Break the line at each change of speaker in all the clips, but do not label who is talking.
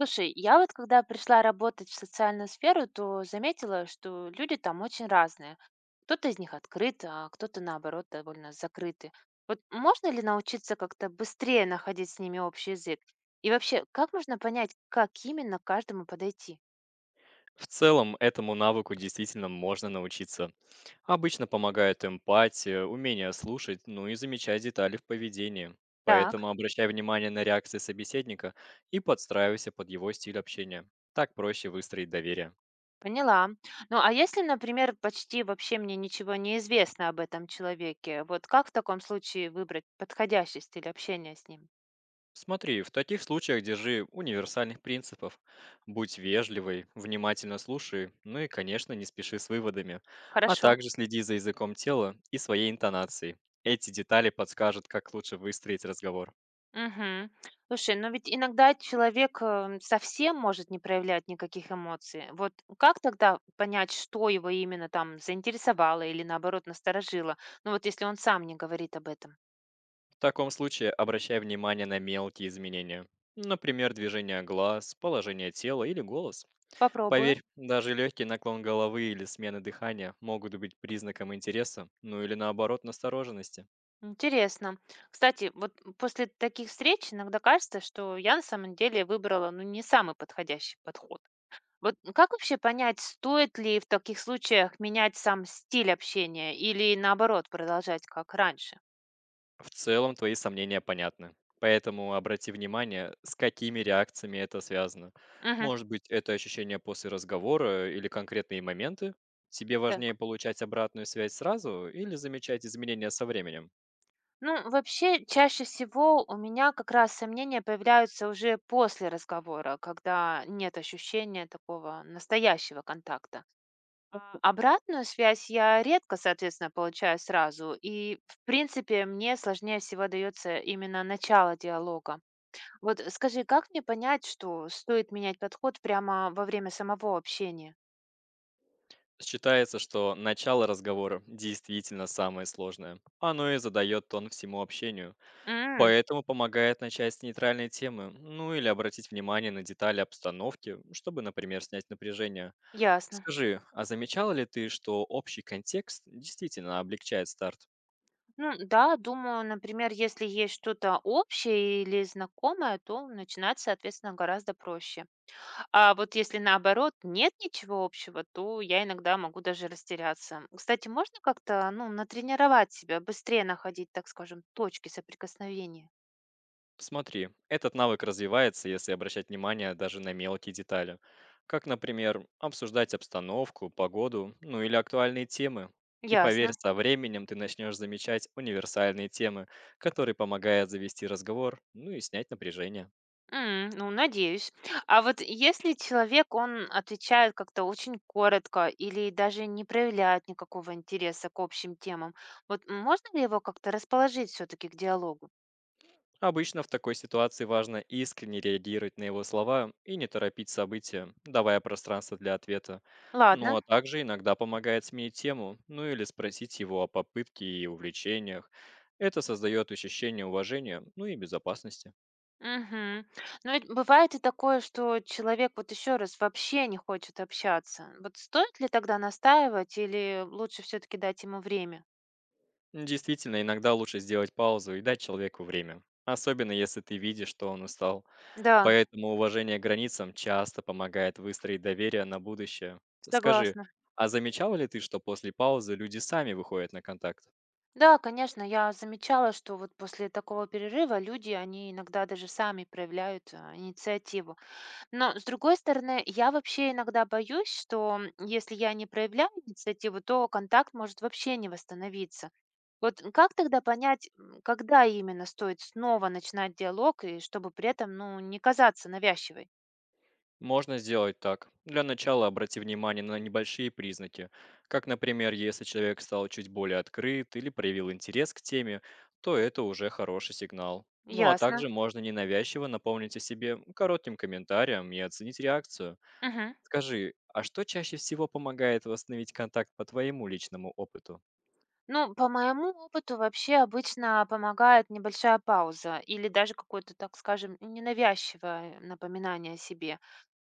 Слушай, я вот когда пришла работать в социальную сферу, то заметила, что люди там очень разные. Кто-то из них открыт, а кто-то наоборот довольно закрыты. Вот можно ли научиться как-то быстрее находить с ними общий язык? И вообще, как можно понять, как именно к каждому подойти?
В целом, этому навыку действительно можно научиться. Обычно помогает эмпатия, умение слушать, ну и замечать детали в поведении.
Так,
Поэтому обращай внимание на реакции собеседника и подстраивайся под его стиль общения. Так проще выстроить доверие.
поняла. Ну а если, например, почти вообще мне ничего не известно об этом человеке, вот как в таком случае выбрать подходящий стиль общения с ним?
Смотри, в таких случаях держи универсальных принципов. Будь вежливой, внимательно слушай, ну и, конечно, не спеши с выводами. А
Хорошо.
также следи за языком тела и своей интонацией. Эти детали подскажут, как лучше выстроить разговор.
Мгм. Слушай, но ведь иногда человек, совсем может не проявлять никаких эмоций. Вот как тогда понять, что его именно там заинтересовало или, наоборот, насторожило? Ну, вот если он сам не говорит об этом.
В таком случае обращай внимание на мелкие изменения. Например, движение глаз, положение тела или голос.
Попробую.
Поверь, даже легкий наклон головы или смена дыхания могут быть признаком интереса, ну или наоборот настороженности.
Интересно. Кстати, вот после таких встреч иногда кажется, что я на самом деле выбрала, ну, не самый подходящий подход. Вот как вообще понять, стоит ли в таких случаях менять сам стиль общения или, наоборот, продолжать как раньше?
В целом твои сомнения понятны. Поэтому обрати внимание, с какими реакциями это связано.
Мгм.
Может быть, это ощущение после разговора или конкретные моменты? Тебе важнее
Так.
получать обратную связь сразу или замечать изменения со временем?
Ну, вообще, чаще всего у меня как раз сомнения появляются уже после разговора, когда нет ощущения такого настоящего контакта. Обратную связь я редко, соответственно, получаю сразу, и, в принципе, мне сложнее всего дается именно начало диалога. Вот скажи, как мне понять, что стоит менять подход прямо во время самого общения?
Считается, что начало разговора действительно самое сложное. Оно и задает тон всему общению.
М,
Поэтому помогает начать с нейтральной темы, ну или обратить внимание на детали обстановки, чтобы, например, снять напряжение.
ясно.
Скажи, а замечала ли ты, что общий контекст действительно облегчает старт?
Ну да, думаю, например, если есть что-то общее или знакомое, то начинать, соответственно, гораздо проще. А вот если наоборот нет ничего общего, то я иногда могу даже растеряться. Кстати, можно как-то, ну, натренировать себя, быстрее находить, так скажем, точки соприкосновения?
Смотри, этот навык развивается, если обращать внимание даже на мелкие детали, как, например, обсуждать обстановку, погоду, ну или актуальные темы. И поверь,
Ясно.
со временем ты начнешь замечать универсальные темы, которые помогают завести разговор, ну и снять напряжение.
Ну, надеюсь. А вот если человек, он отвечает как-то очень коротко или даже не проявляет никакого интереса к общим темам, вот можно ли его как-то расположить все-таки к диалогу?
Обычно в такой ситуации важно искренне реагировать на его слова и не торопить события, давая пространство для ответа. Ну
Ладно.
а также иногда помогает сменить тему, ну или спросить его о попытке и увлечениях. Это создает ощущение уважения, ну и безопасности.
Мгм. Но ведь бывает и такое, что человек вот еще раз вообще не хочет общаться. Вот стоит ли тогда настаивать или лучше все-таки дать ему время?
Действительно, иногда лучше сделать паузу и дать человеку время, особенно если ты видишь, что он устал.
Да,
Поэтому уважение к границам часто помогает выстроить доверие на будущее. Скажи,
согласна.
а замечала ли ты, что после паузы люди сами выходят на контакт?
Да, конечно, я замечала, что вот после такого перерыва люди, они иногда даже сами проявляют инициативу. Но, с другой стороны, я вообще иногда боюсь, что если я не проявляю инициативу, то контакт может вообще не восстановиться. Вот как тогда понять, когда именно стоит снова начинать диалог, и чтобы при этом, ну, не казаться навязчивой?
Можно сделать так. Для начала обрати внимание на небольшие признаки, как, например, если человек стал чуть более открыт или проявил интерес к теме, то это уже хороший сигнал. Ну а
Ясно.
также можно ненавязчиво напомнить о себе коротким комментарием и оценить реакцию.
Мгм.
Скажи, а что чаще всего помогает восстановить контакт по твоему личному опыту?
Ну, по моему опыту, вообще обычно помогает небольшая пауза или даже какое-то, так скажем, ненавязчивое напоминание о себе.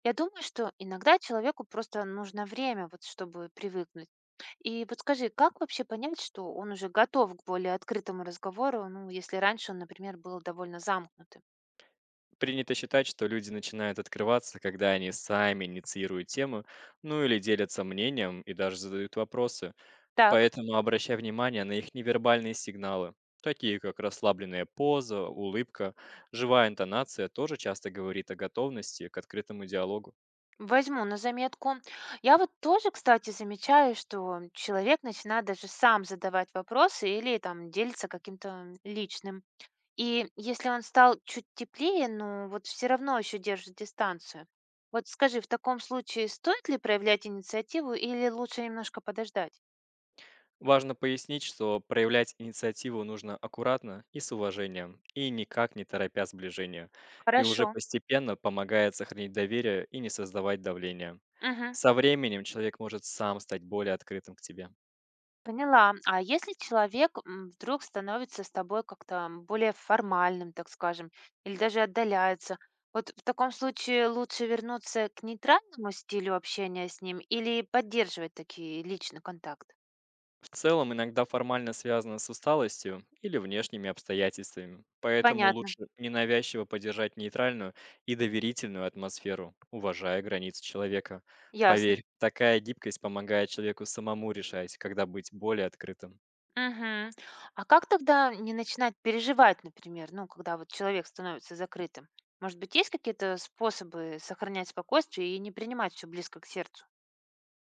Я думаю, что иногда человеку просто нужно время, вот, чтобы привыкнуть. И вот скажи, как вообще понять, что он уже готов к более открытому разговору, ну, если раньше он, например, был довольно замкнутым?
Принято считать, что люди начинают открываться, когда они сами инициируют тему, ну или делятся мнением и даже задают вопросы.
Так,
Поэтому обращай внимание на их невербальные сигналы, такие как расслабленная поза, улыбка, живая интонация тоже часто говорит о готовности к открытому диалогу.
возьму на заметку. Я вот тоже, кстати, замечаю, что человек начинает даже сам задавать вопросы или там делиться каким-то личным. И если он стал чуть теплее, но вот все равно еще держит дистанцию. Вот скажи, в таком случае стоит ли проявлять инициативу или лучше немножко подождать?
Важно пояснить, что проявлять инициативу нужно аккуратно и с уважением, и никак не торопя сближение, и уже
Хорошо.
постепенно помогает сохранить доверие и не создавать давления.
Мгм.
Со временем человек может сам стать более открытым к тебе.
Поняла. А если человек вдруг становится с тобой как-то более формальным, так скажем, или даже отдаляется, вот в таком случае лучше вернуться к нейтральному стилю общения с ним или поддерживать такие личный контакт?
В целом иногда формально связано с усталостью или внешними обстоятельствами, поэтому
Понятно.
лучше ненавязчиво поддержать нейтральную и доверительную атмосферу, уважая границы человека.
Ясно.
Поверь, такая гибкость помогает человеку самому решать, когда быть более открытым.
Мгм. А как тогда не начинать переживать, например, ну, когда вот человек становится закрытым? Может быть, есть какие-то способы сохранять спокойствие и не принимать все близко к сердцу?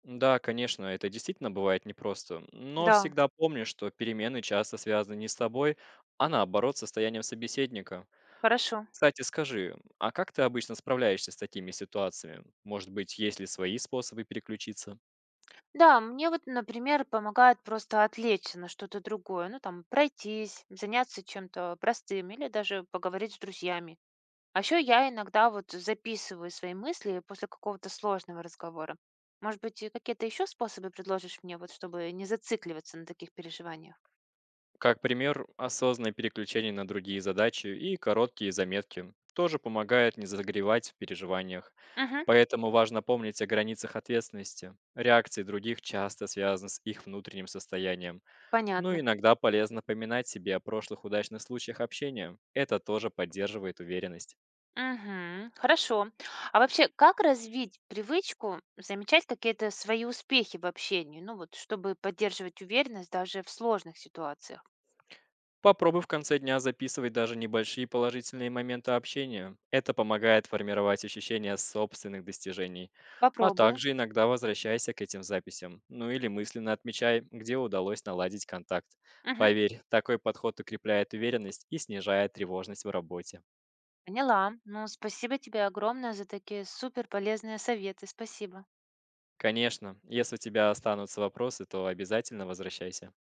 Да, конечно, это действительно бывает непросто, но
Да,
всегда помни, что перемены часто связаны не с тобой, а наоборот с состоянием собеседника.
хорошо.
Кстати, скажи, а как ты обычно справляешься с такими ситуациями? Может быть, есть ли свои способы переключиться?
Да, мне вот, например, помогает просто отвлечься на что-то другое, ну там пройтись, заняться чем-то простым или даже поговорить с друзьями. А еще я иногда вот записываю свои мысли после какого-то сложного разговора. Может быть, и какие-то еще способы предложишь мне, вот чтобы не зацикливаться на таких переживаниях?
Как пример, осознанное переключение на другие задачи и короткие заметки тоже помогает не загревать в переживаниях.
Мгм.
Поэтому важно помнить о границах ответственности. Реакции других часто связаны с их внутренним состоянием. Ну
Понятно.
иногда полезно поминать себе о прошлых удачных случаях общения. Это тоже поддерживает уверенность.
Мгм. Хорошо. А вообще, как развить привычку замечать какие-то свои успехи в общении? Ну вот, чтобы поддерживать уверенность даже в сложных ситуациях.
Попробуй в конце дня записывать даже небольшие положительные моменты общения. Это помогает формировать ощущение собственных достижений. А
Попробую.
также иногда возвращайся к этим записям. Ну или мысленно отмечай, где удалось наладить контакт.
Мгм.
Поверь, такой подход укрепляет уверенность и снижает тревожность в работе.
Поняла. Ну, спасибо тебе огромное за такие супер полезные советы. Спасибо.
Конечно, если у тебя останутся вопросы, то обязательно возвращайся.